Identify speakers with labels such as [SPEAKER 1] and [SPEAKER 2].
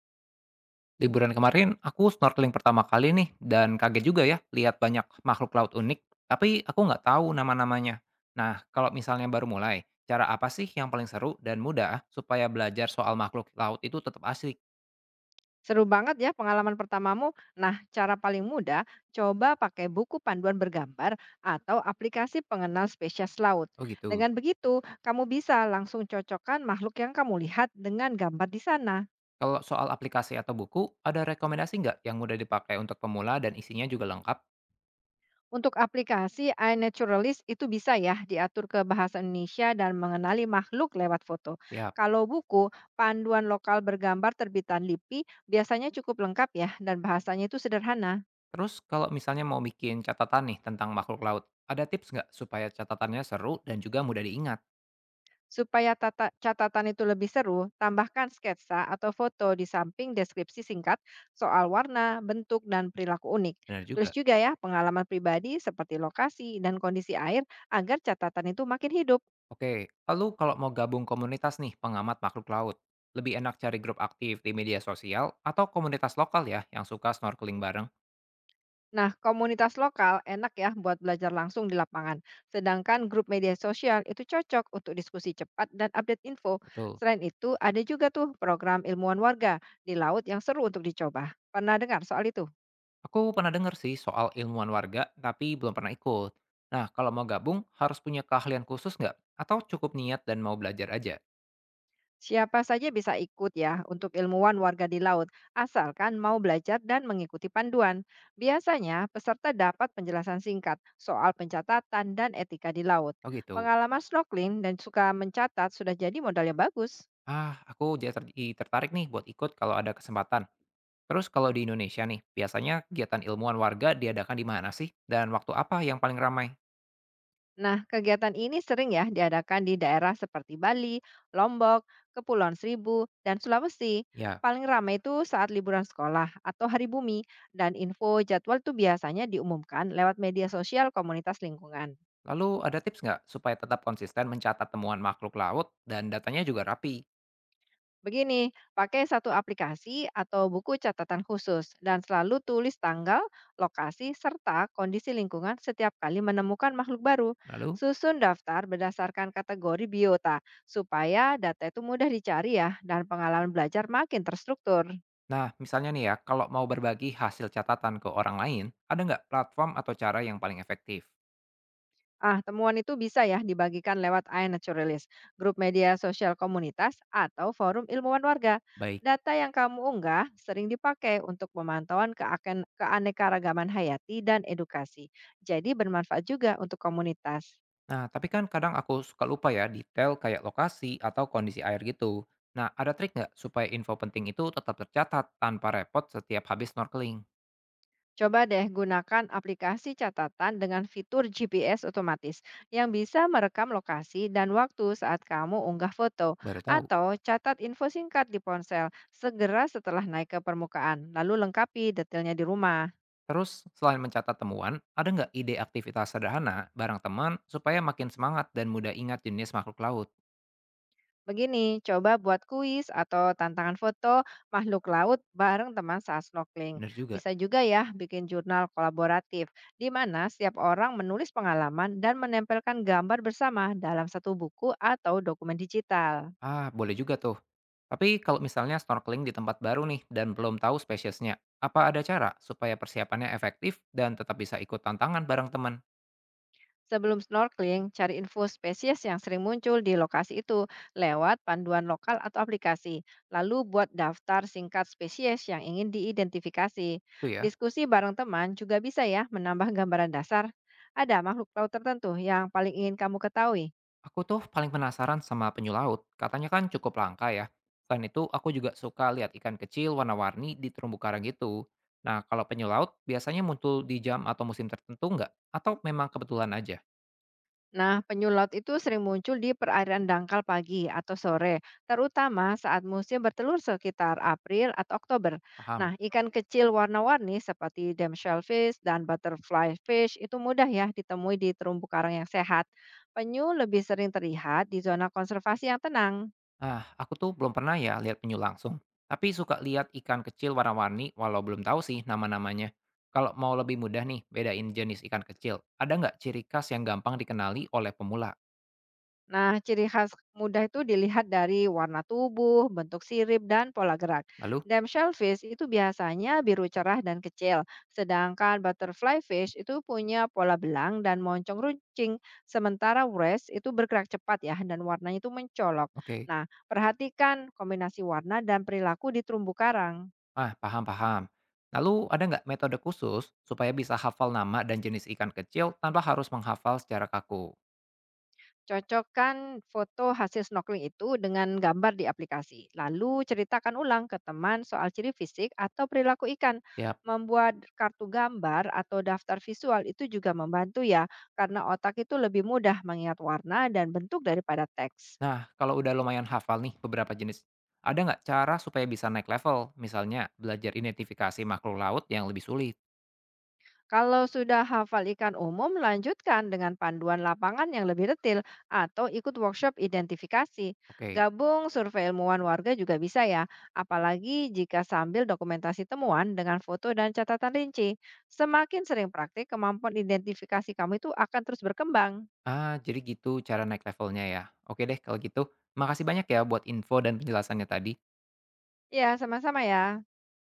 [SPEAKER 1] Liburan kemarin aku snorkeling pertama kali nih dan kaget juga ya lihat banyak makhluk laut unik, tapi aku nggak tahu nama-namanya. Nah, kalau misalnya baru mulai, cara apa sih yang paling seru dan mudah supaya belajar soal makhluk laut itu tetap asik?
[SPEAKER 2] Seru banget ya pengalaman pertamamu. Nah, cara paling mudah, coba pakai buku panduan bergambar atau aplikasi pengenal spesies laut.
[SPEAKER 1] Oh gitu.
[SPEAKER 2] Dengan begitu, kamu bisa langsung cocokkan makhluk yang kamu lihat dengan gambar di sana.
[SPEAKER 1] Kalau soal aplikasi atau buku, ada rekomendasi nggak yang mudah dipakai untuk pemula dan isinya juga lengkap?
[SPEAKER 2] Untuk aplikasi iNaturalist itu bisa ya diatur ke bahasa Indonesia dan mengenali makhluk lewat foto.
[SPEAKER 1] Siap.
[SPEAKER 2] Kalau buku, panduan lokal bergambar terbitan LIPI biasanya cukup lengkap ya dan bahasanya itu sederhana.
[SPEAKER 1] Terus kalau misalnya mau bikin catatan nih tentang makhluk laut, ada tips nggak supaya catatannya seru dan juga mudah diingat?
[SPEAKER 2] Supaya catatan itu lebih seru, tambahkan sketsa atau foto di samping deskripsi singkat soal warna, bentuk, dan perilaku unik.
[SPEAKER 1] Benar
[SPEAKER 2] Tulis
[SPEAKER 1] juga.
[SPEAKER 2] juga ya pengalaman pribadi seperti lokasi dan kondisi air agar catatan itu makin hidup.
[SPEAKER 1] Oke, lalu kalau mau gabung komunitas nih pengamat makhluk laut, lebih enak cari grup aktif di media sosial atau komunitas lokal ya yang suka snorkeling bareng?
[SPEAKER 2] Nah, komunitas lokal enak ya buat belajar langsung di lapangan. Sedangkan grup media sosial itu cocok untuk diskusi cepat dan update info.
[SPEAKER 1] Betul.
[SPEAKER 2] Selain itu, ada juga tuh program ilmuwan warga di laut yang seru untuk dicoba. Pernah dengar soal itu?
[SPEAKER 1] Aku pernah dengar sih soal ilmuwan warga, tapi belum pernah ikut. Nah, kalau mau gabung, harus punya keahlian khusus nggak? Atau cukup niat dan mau belajar aja?
[SPEAKER 2] Siapa saja bisa ikut ya untuk ilmuwan warga di laut, asalkan mau belajar dan mengikuti panduan. Biasanya, peserta dapat penjelasan singkat soal pencatatan dan etika di laut.
[SPEAKER 1] Oh gitu.
[SPEAKER 2] Pengalaman snorkeling dan suka mencatat sudah jadi modal yang bagus.
[SPEAKER 1] Ah, aku jadi tertarik nih buat ikut kalau ada kesempatan. Terus kalau di Indonesia nih, biasanya kegiatan ilmuwan warga diadakan di mana sih? Dan waktu apa yang paling ramai?
[SPEAKER 2] Nah, kegiatan ini sering ya diadakan di daerah seperti Bali, Lombok, Kepulauan Seribu, dan Sulawesi.
[SPEAKER 1] Ya.
[SPEAKER 2] Paling ramai itu saat liburan sekolah atau hari bumi, dan info jadwal itu biasanya diumumkan lewat media sosial komunitas lingkungan.
[SPEAKER 1] Lalu ada tips nggak supaya tetap konsisten mencatat temuan makhluk laut dan datanya juga rapi?
[SPEAKER 2] Begini, pakai satu aplikasi atau buku catatan khusus dan selalu tulis tanggal, lokasi, serta kondisi lingkungan setiap kali menemukan makhluk baru.
[SPEAKER 1] Lalu,
[SPEAKER 2] Susun daftar berdasarkan kategori biota supaya data itu mudah dicari ya dan pengalaman belajar makin terstruktur.
[SPEAKER 1] nah misalnya nih ya, kalau mau berbagi hasil catatan ke orang lain, ada nggak platform atau cara yang paling efektif?
[SPEAKER 2] Ah, temuan itu bisa ya dibagikan lewat iNaturalist, grup media sosial komunitas, atau forum ilmuwan warga.
[SPEAKER 1] Baik.
[SPEAKER 2] Data yang kamu unggah sering dipakai untuk pemantauan keanekaragaman hayati dan edukasi. Jadi bermanfaat juga untuk komunitas.
[SPEAKER 1] Nah, tapi kan kadang aku suka lupa ya detail kayak lokasi atau kondisi air gitu. Nah, ada trik nggak supaya info penting itu tetap tercatat tanpa repot setiap habis snorkeling?
[SPEAKER 2] Coba deh gunakan aplikasi catatan dengan fitur GPS otomatis yang bisa merekam lokasi dan waktu saat kamu unggah foto
[SPEAKER 1] Baru tahu.
[SPEAKER 2] atau catat info singkat di ponsel segera setelah naik ke permukaan, lalu lengkapi detailnya di rumah.
[SPEAKER 1] Terus, selain mencatat temuan, ada nggak ide aktivitas sederhana bareng teman supaya makin semangat dan mudah ingat jenis makhluk laut?
[SPEAKER 2] Begini, coba buat kuis atau tantangan foto makhluk laut bareng teman saat snorkeling.
[SPEAKER 1] Bener juga.
[SPEAKER 2] Bisa juga ya bikin jurnal kolaboratif, di mana setiap orang menulis pengalaman dan menempelkan gambar bersama dalam satu buku atau dokumen digital.
[SPEAKER 1] Ah, boleh juga tuh. Tapi kalau misalnya snorkeling di tempat baru nih dan belum tahu spesiesnya, apa ada cara supaya persiapannya efektif dan tetap bisa ikut tantangan bareng teman?
[SPEAKER 2] Sebelum snorkeling, cari info spesies yang sering muncul di lokasi itu lewat panduan lokal atau aplikasi. Lalu buat daftar singkat spesies yang ingin diidentifikasi.
[SPEAKER 1] Tuh ya,
[SPEAKER 2] Diskusi bareng teman juga bisa ya menambah gambaran dasar. Ada makhluk laut tertentu yang paling ingin kamu ketahui.
[SPEAKER 1] aku tuh paling penasaran sama penyu laut. Katanya kan cukup langka ya. Selain itu, aku juga suka lihat ikan kecil warna-warni di terumbu karang gitu. Nah, kalau penyu laut biasanya muncul di jam atau musim tertentu nggak? Atau memang kebetulan aja?
[SPEAKER 2] Nah, penyulut itu sering muncul di perairan dangkal pagi atau sore, terutama saat musim bertelur sekitar April atau Oktober.
[SPEAKER 1] Paham?
[SPEAKER 2] Nah, ikan kecil warna-warni seperti dam shellfish dan butterfly fish itu mudah ya ditemui di terumbu karang yang sehat. Penyu lebih sering terlihat di zona konservasi yang tenang.
[SPEAKER 1] Ah, aku tuh belum pernah ya lihat penyu langsung. Tapi suka lihat ikan kecil warna-warni walau belum tahu sih nama-namanya. Kalau mau lebih mudah nih bedain jenis ikan kecil, ada nggak ciri khas yang gampang dikenali oleh pemula?
[SPEAKER 2] Nah, ciri khas mudah itu dilihat dari warna tubuh, bentuk sirip, dan pola gerak.
[SPEAKER 1] Lalu,
[SPEAKER 2] Dam shellfish itu biasanya biru cerah dan kecil, sedangkan butterfly fish itu punya pola belang dan moncong runcing, sementara wres itu bergerak cepat ya dan warnanya itu mencolok.
[SPEAKER 1] oke,
[SPEAKER 2] Nah, perhatikan kombinasi warna dan perilaku di terumbu karang.
[SPEAKER 1] ah paham-paham. Lalu ada nggak metode khusus supaya bisa hafal nama dan jenis ikan kecil tanpa harus menghafal secara kaku?
[SPEAKER 2] Cocokkan foto hasil snorkeling itu dengan gambar di aplikasi. Lalu ceritakan ulang ke teman soal ciri fisik atau perilaku ikan.
[SPEAKER 1] Yap.
[SPEAKER 2] Membuat kartu gambar atau daftar visual itu juga membantu ya, karena otak itu lebih mudah mengingat warna dan bentuk daripada teks.
[SPEAKER 1] Nah, kalau udah lumayan hafal nih beberapa jenis, ada nggak cara supaya bisa naik level? Misalnya belajar identifikasi makhluk laut yang lebih sulit?
[SPEAKER 2] Kalau sudah hafal ikan umum, lanjutkan dengan panduan lapangan yang lebih detail atau ikut workshop identifikasi.
[SPEAKER 1] Oke.
[SPEAKER 2] Gabung survei ilmuwan warga juga bisa ya, apalagi jika sambil dokumentasi temuan dengan foto dan catatan rinci. Semakin sering praktik, kemampuan identifikasi kamu itu akan terus berkembang.
[SPEAKER 1] Ah, jadi gitu cara naik levelnya ya. Oke deh kalau gitu, makasih banyak ya buat info dan penjelasannya tadi.
[SPEAKER 2] Ya, sama-sama ya.